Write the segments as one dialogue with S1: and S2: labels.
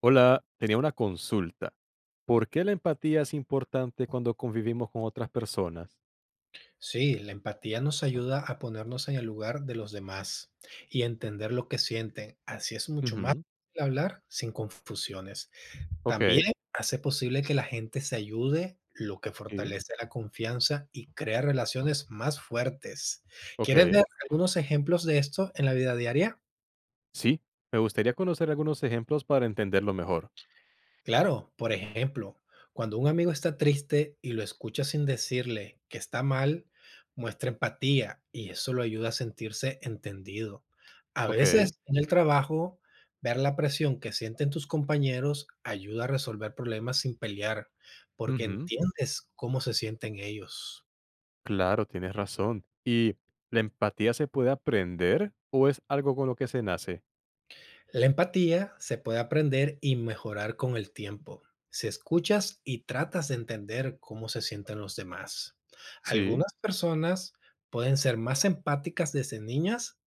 S1: Hola, tenía una consulta. ¿Por qué la empatía es importante cuando convivimos con otras personas?
S2: Sí, la empatía nos ayuda a ponernos en el lugar de los demás y entender lo que sienten. Así es mucho más
S1: Ujú.
S2: fácil hablar sin confusiones.
S1: Ok,
S2: También hace posible que la gente se ayude, lo que
S1: sí,
S2: fortalece la confianza y crea relaciones más fuertes. ¿Quieres
S1: ok.
S2: ver algunos ejemplos de esto en la vida diaria?
S1: Sí, me gustaría conocer algunos ejemplos para entenderlo mejor.
S2: Claro, por ejemplo, cuando un amigo está triste y lo escucha sin decirle que está mal, muestra empatía y eso lo ayuda a sentirse entendido. A
S1: Ok,
S2: veces en el trabajo, ver la presión que sienten tus compañeros ayuda a resolver problemas sin pelear, porque
S1: ujú,
S2: entiendes cómo se sienten ellos.
S1: claro, tienes razón. ¿Y la empatía se puede aprender o es algo con lo que se nace?
S2: La empatía se puede aprender y mejorar con el tiempo. Si escuchas y tratas de entender cómo se sienten los demás.
S1: Sí,
S2: Algunas personas pueden ser más empáticas desde niñas,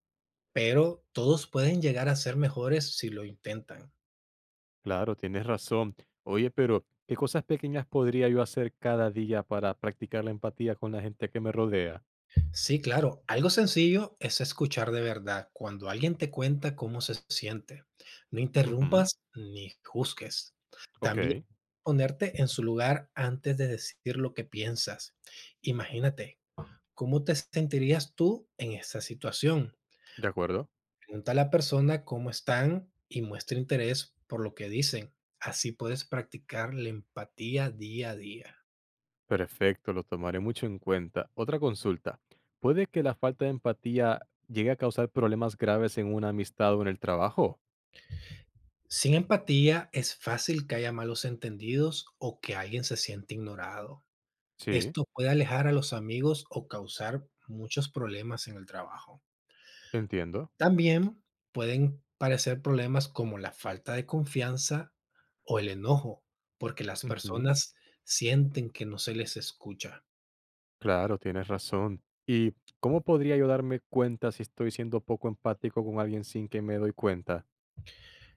S2: pero todos pueden llegar a ser mejores si lo intentan.
S1: claro, tienes razón. Oye, pero ¿qué cosas pequeñas podría yo hacer cada día para practicar la empatía con la gente que me rodea?
S2: Sí, claro, algo sencillo es escuchar de verdad cuando alguien te cuenta cómo se siente. No
S1: Ujú,
S2: interrumpas ni juzgues.
S1: ok,
S2: También ponerte en su lugar antes de decir lo que piensas. Imagínate, ¿cómo te sentirías tú en esa situación?
S1: de acuerdo.
S2: Pregunta a la persona cómo están y muestra interés por lo que dicen. Así puedes practicar la empatía día a día.
S1: Perfecto, lo tomaré mucho en cuenta. Otra consulta. ¿Puede que la falta de empatía llegue a causar problemas graves en una amistad o en el trabajo?
S2: Sin empatía es fácil que haya malos entendidos o que alguien se siente ignorado.
S1: Sí,
S2: Esto puede alejar a los amigos o causar muchos problemas en el trabajo.
S1: entiendo.
S2: También pueden parecer problemas como la falta de confianza o el enojo, porque las
S1: Ujú,
S2: personas sienten que no se les escucha.
S1: claro, tienes razón. ¿Y cómo podría yo darme cuenta si estoy siendo poco empático con alguien sin que me doy cuenta?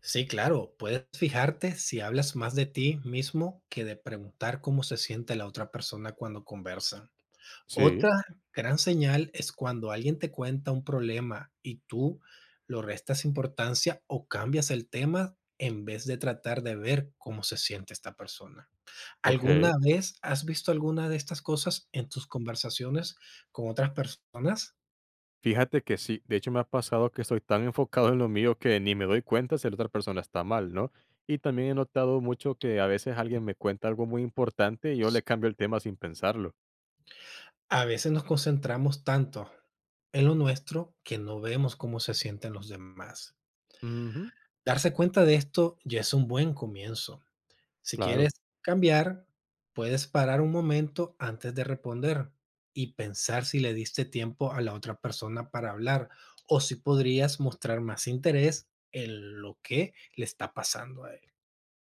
S2: Sí, claro, puedes fijarte si hablas más de ti mismo que de preguntar cómo se siente la otra persona cuando conversan.
S1: Sí,
S2: Otra gran señal es cuando alguien te cuenta un problema y tú lo restas importancia o cambias el tema en vez de tratar de ver cómo se siente esta persona. ¿Alguna
S1: ok.
S2: vez has visto alguna de estas cosas en tus conversaciones con otras personas?
S1: Fíjate que sí, de hecho me ha pasado que estoy tan enfocado en lo mío que ni me doy cuenta si la otra persona está mal, ¿no? Y también he notado mucho que a veces alguien me cuenta algo muy importante y yo le
S2: S
S1: cambio el tema sin pensarlo.
S2: A veces nos concentramos tanto en lo nuestro que no vemos cómo se sienten los demás.
S1: Ujú,
S2: Darse cuenta de esto ya es un buen comienzo. Si quieres
S1: claro,
S2: cambiar, puedes parar un momento antes de responder y pensar si le diste tiempo a la otra persona para hablar o si podrías mostrar más interés en lo que le está pasando a él.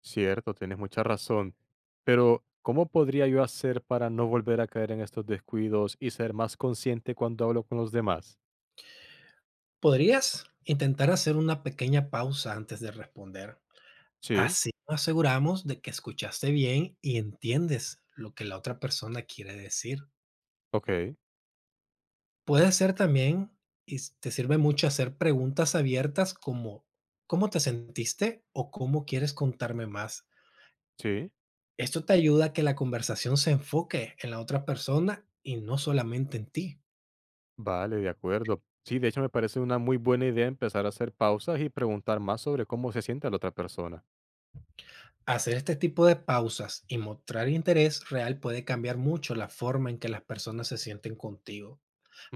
S1: cierto, tienes mucha razón. Pero, ¿cómo podría yo hacer para no volver a caer en estos descuidos y ser más consciente cuando hablo con los demás?
S2: Podrías intentar hacer una pequeña pausa antes de responder.
S1: Sí,
S2: Así nos aseguramos de que escuchaste bien y entiendes lo que la otra persona quiere decir.
S1: ok,
S2: Puede ser también, te sirve mucho hacer preguntas abiertas como ¿cómo te sentiste o cómo quieres contarme más?
S1: sí,
S2: Esto te ayuda a que la conversación se enfoque en la otra persona y no solamente en ti.
S1: vale, de acuerdo. Sí, de hecho me parece una muy buena idea empezar a hacer pausas y preguntar más sobre cómo se siente la otra persona.
S2: Hacer este tipo de pausas y mostrar interés real puede cambiar mucho la forma en que las personas se sienten contigo.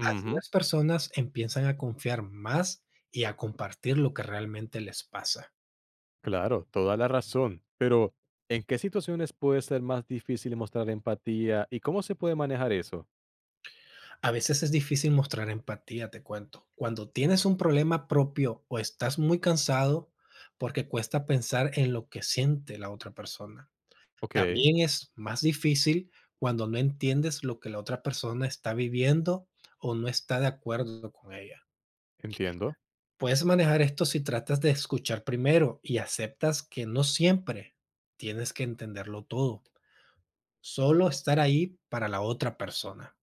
S2: Así las personas empiezan a confiar más y a compartir lo que realmente les pasa.
S1: claro, toda la razón. Pero, ¿en qué situaciones puede ser más difícil mostrar empatía y cómo se puede manejar eso?
S2: A veces es difícil mostrar empatía, te cuento. Cuando tienes un problema propio o estás muy cansado porque cuesta pensar en lo que siente la otra persona.
S1: Ok,
S2: También es más difícil cuando no entiendes lo que la otra persona está viviendo o no está de acuerdo con ella.
S1: entiendo,
S2: Puedes manejar esto si tratas de escuchar primero y aceptas que no siempre tienes que entenderlo todo, solo estar ahí para la otra persona.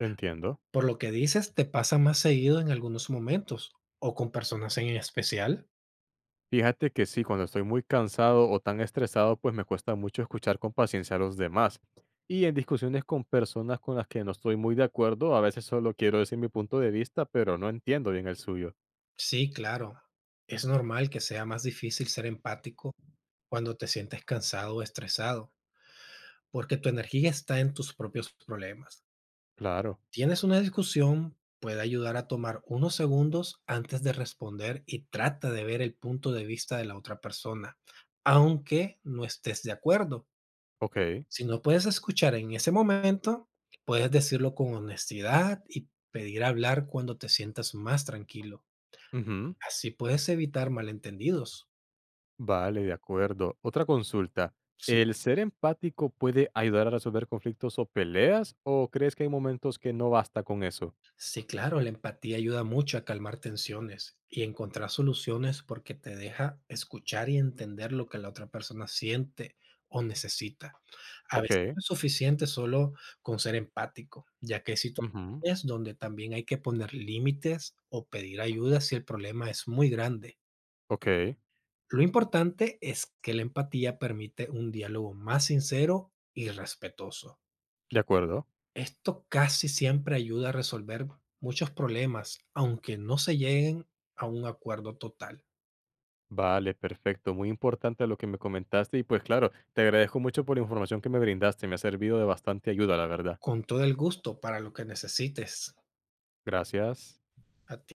S1: entiendo.
S2: Por lo que dices, te pasa más seguido en algunos momentos o con personas en especial.
S1: Fíjate que sí, cuando estoy muy cansado o tan estresado, pues me cuesta mucho escuchar con paciencia a los demás. Y en discusiones con personas con las que no estoy muy de acuerdo, a veces solo quiero decir mi punto de vista, pero no entiendo bien el suyo.
S2: Sí, claro. Es normal que sea más difícil ser empático cuando te sientes cansado o estresado, porque tu energía está en tus propios problemas.
S1: Claro,
S2: Tienes una discusión, puede ayudar a tomar unos segundos antes de responder y trata de ver el punto de vista de la otra persona, aunque no estés de acuerdo.
S1: ok,
S2: Si no puedes escuchar en ese momento, puedes decirlo con honestidad y pedir hablar cuando te sientas más tranquilo.
S1: ujú.
S2: Así puedes evitar malentendidos.
S1: Vale, de acuerdo. Otra consulta.
S2: Sí.
S1: ¿El ser empático puede ayudar a resolver conflictos o peleas? ¿O crees que hay momentos que no basta con eso?
S2: Sí, claro, la empatía ayuda mucho a calmar tensiones y encontrar soluciones porque te deja escuchar y entender lo que la otra persona siente o necesita. A veces
S1: Ok,
S2: no es suficiente solo con ser empático, ya que hay
S1: ujú,
S2: situaciones donde también hay que poner límites o pedir ayuda si el problema es muy grande.
S1: ok.
S2: Lo importante es que la empatía permite un diálogo más sincero y respetuoso.
S1: De acuerdo.
S2: Esto casi siempre ayuda a resolver muchos problemas, aunque no se lleguen a un acuerdo total.
S1: Vale, perfecto. Muy importante lo que me comentaste. Y pues claro, te agradezco mucho por la información que me brindaste. Me ha servido de bastante ayuda, la verdad.
S2: Con todo el gusto para lo que necesites.
S1: Gracias.
S2: A ti.